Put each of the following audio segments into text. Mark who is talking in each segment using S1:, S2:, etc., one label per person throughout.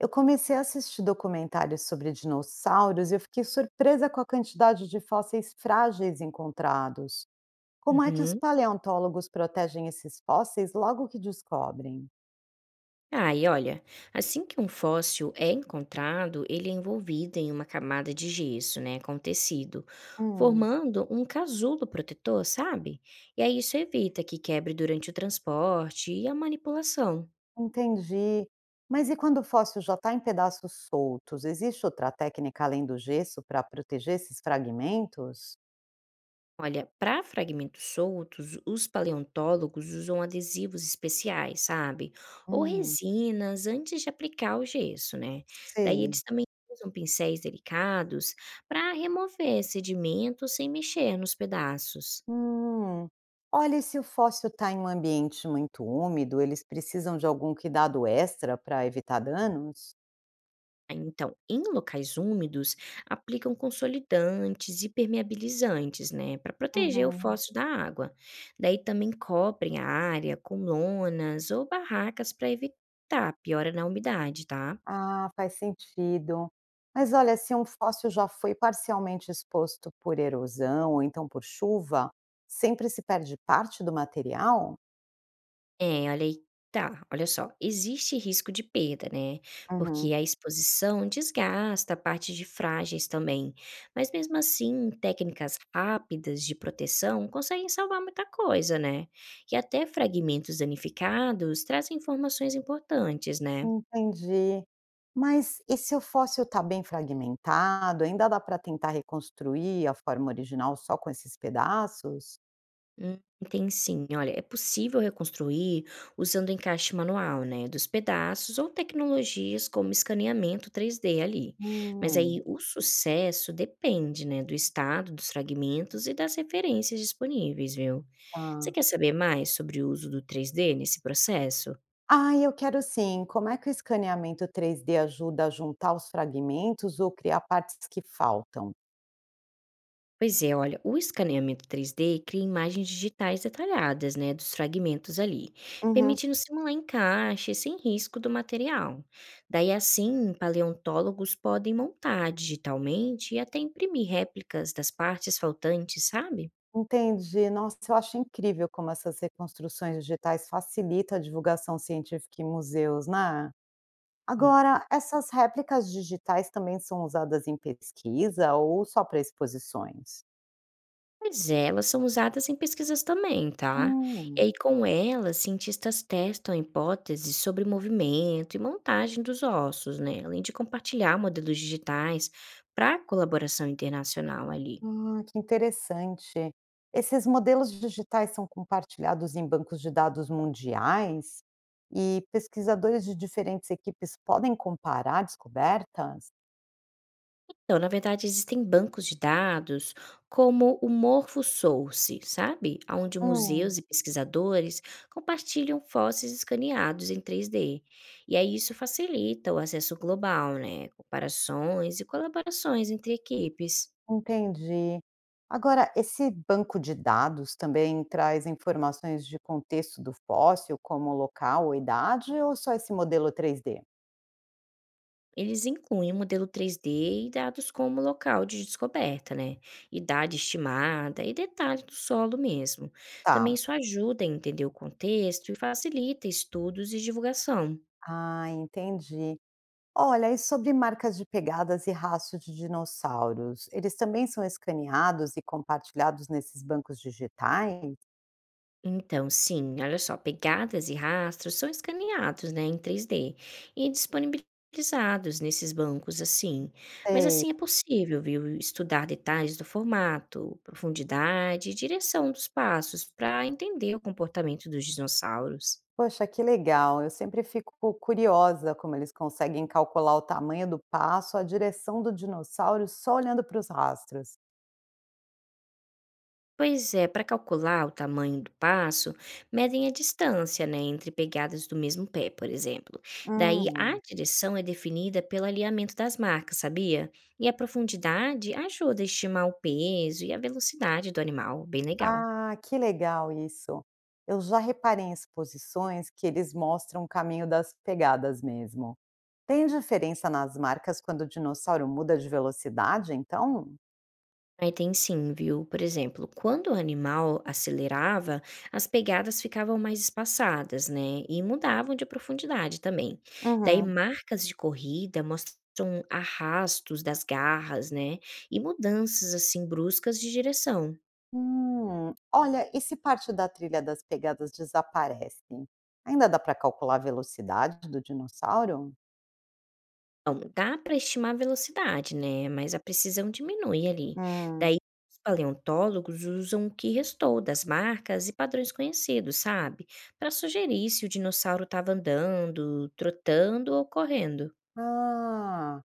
S1: Eu comecei a assistir documentários sobre dinossauros e eu fiquei surpresa com a quantidade de fósseis frágeis encontrados. Como é que os
S2: Uhum.
S1: paleontólogos protegem esses fósseis logo que descobrem?
S2: Ah, e olha, assim que um fóssil é encontrado, ele é envolvido em uma camada de gesso, né, com tecido,
S1: Hum,
S2: formando um casulo protetor, sabe? E aí isso evita que quebre durante o transporte e a manipulação.
S1: entendi. Mas e quando o fóssil já está em pedaços soltos? Existe outra técnica além do gesso para proteger esses fragmentos?
S2: Olha, para fragmentos soltos, os paleontólogos usam adesivos especiais, sabe? Ou
S1: Hum,
S2: resinas antes de aplicar o gesso, né? Daí
S1: sei.
S2: eles também usam pincéis delicados para remover sedimentos sem mexer nos pedaços.
S1: Hum. Olha, e se o fóssil está em um ambiente muito úmido, eles precisam de algum cuidado extra para evitar danos?
S2: Aí, então, em locais úmidos, aplicam consolidantes e permeabilizantes, né, para proteger o
S1: Uhum.
S2: fóssil da água. Daí também cobrem a área com lonas ou barracas para evitar piora na umidade, tá?
S1: Ah, faz sentido. Mas olha, se um fóssil já foi parcialmente exposto por erosão ou então por chuva, sempre se perde parte do material?
S2: É, olha aí tá, olha só, existe risco de perda, né, porque
S1: Uhum.
S2: a exposição desgasta partes de frágeis também, mas mesmo assim, técnicas rápidas de proteção conseguem salvar muita coisa, né, e até fragmentos danificados trazem informações importantes, né.
S1: Entendi. Mas e se o fóssil está bem fragmentado, ainda dá para tentar reconstruir a forma original só com esses pedaços?
S2: Hum, tem sim. Olha, é possível reconstruir usando encaixe manual, né, dos pedaços ou tecnologias como escaneamento 3D ali. Mas
S1: Hum.
S2: aí o sucesso depende, né, do estado dos fragmentos e das referências disponíveis, viu? Você
S1: Tá.
S2: quer saber mais sobre o uso do 3D nesse processo?
S1: Ah, eu quero sim. Como é que o escaneamento 3D ajuda a juntar os fragmentos ou criar partes que faltam?
S2: Pois é, olha, o escaneamento 3D cria imagens digitais detalhadas, né, dos fragmentos ali,
S1: Uhum,
S2: permitindo simular encaixe sem risco do material. Daí assim, paleontólogos podem montar digitalmente e até imprimir réplicas das partes faltantes, sabe?
S1: entendi. Nossa, eu acho incrível como essas reconstruções digitais facilitam a divulgação científica em museus, né? Agora, essas réplicas digitais também são usadas em pesquisa ou só para exposições?
S2: Pois é, elas são usadas em pesquisas também, tá? E
S1: Hum.
S2: aí, com elas, cientistas testam hipóteses sobre movimento e montagem dos ossos, né? Além de compartilhar modelos digitais para colaboração internacional ali.
S1: Ah, que interessante. Esses modelos digitais são compartilhados em bancos de dados mundiais e pesquisadores de diferentes equipes podem comparar descobertas?
S2: Então, na verdade, existem bancos de dados como o MorphoSource, sabe? Onde
S1: Hum,
S2: museus e pesquisadores compartilham fósseis escaneados em 3D. E aí isso facilita o acesso global, né? Comparações e colaborações entre equipes.
S1: entendi. Agora, esse banco de dados também traz informações de contexto do fóssil, como local ou idade, ou só esse modelo 3D?
S2: Eles incluem o modelo 3D e dados como local de descoberta, né? Idade estimada e detalhes do solo mesmo. Também
S1: Tá.
S2: isso ajuda a entender o contexto e facilita estudos e divulgação.
S1: Ah, entendi. Olha, e sobre marcas de pegadas e rastros de dinossauros, eles também são escaneados e compartilhados nesses bancos digitais?
S2: Então, sim, olha só, pegadas e rastros são escaneados, né, em 3D e disponibilizados nesses bancos assim. Mas
S1: Sei.
S2: assim é possível, viu, estudar detalhes do formato, profundidade e direção dos passos para entender o comportamento dos dinossauros.
S1: Poxa, que legal! Eu sempre fico curiosa como eles conseguem calcular o tamanho do passo, a direção do dinossauro só olhando para os rastros.
S2: Pois é, para calcular o tamanho do passo, medem a distância, né, entre pegadas do mesmo pé, por exemplo. Daí a
S1: Hum,
S2: direção é definida pelo alinhamento das marcas, sabia? E a profundidade ajuda a estimar o peso e a velocidade do animal, bem legal.
S1: ah, que legal isso! Eu já reparei em exposições que eles mostram o caminho das pegadas mesmo. Tem diferença nas marcas quando o dinossauro muda de velocidade, então?
S2: Aí tem sim, viu? Por exemplo, quando o animal acelerava, as pegadas ficavam mais espaçadas, né? E mudavam de profundidade também. Daí
S1: Uhum.
S2: marcas de corrida mostram arrastos das garras, né? E mudanças assim bruscas de direção.
S1: Hum. Olha, e se parte da trilha das pegadas desaparece, ainda dá para calcular a velocidade do dinossauro?
S2: Bom, dá para estimar a velocidade, né, mas a precisão diminui ali.
S1: Hum.
S2: Daí os paleontólogos usam o que restou das marcas e padrões conhecidos, sabe? Para sugerir se o dinossauro estava andando, trotando ou correndo.
S1: Ah.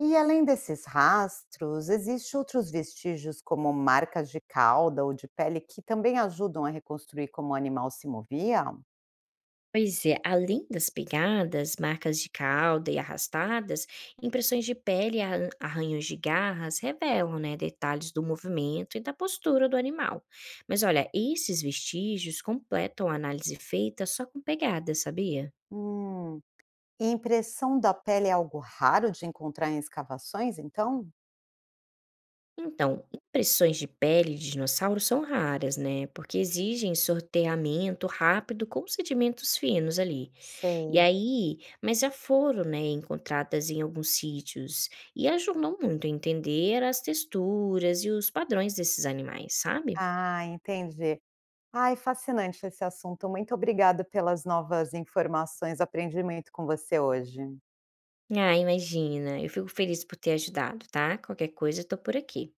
S1: E além desses rastros, existem outros vestígios como marcas de cauda ou de pele que também ajudam a reconstruir como o animal se movia?
S2: Pois é, além das pegadas, marcas de cauda e arrastadas, impressões de pele e arranhões de garras revelam, né, detalhes do movimento e da postura do animal. Mas olha, esses vestígios completam a análise feita só com pegadas, sabia?
S1: Hum. E impressão da pele é algo raro de encontrar em escavações, então?
S2: Então, impressões de pele de dinossauro são raras, né? Porque exigem sorteamento rápido com sedimentos finos ali. E
S1: Sei.
S2: aí mas já foram, né, encontradas em alguns sítios e ajudam muito a entender as texturas e os padrões desses animais, sabe?
S1: Ah, entendi. Ai, fascinante esse assunto. Muito obrigada pelas novas informações. Aprendi muito com você hoje.
S2: Ah, imagina, eu fico feliz por ter ajudado, tá? Qualquer coisa, eu tô por aqui.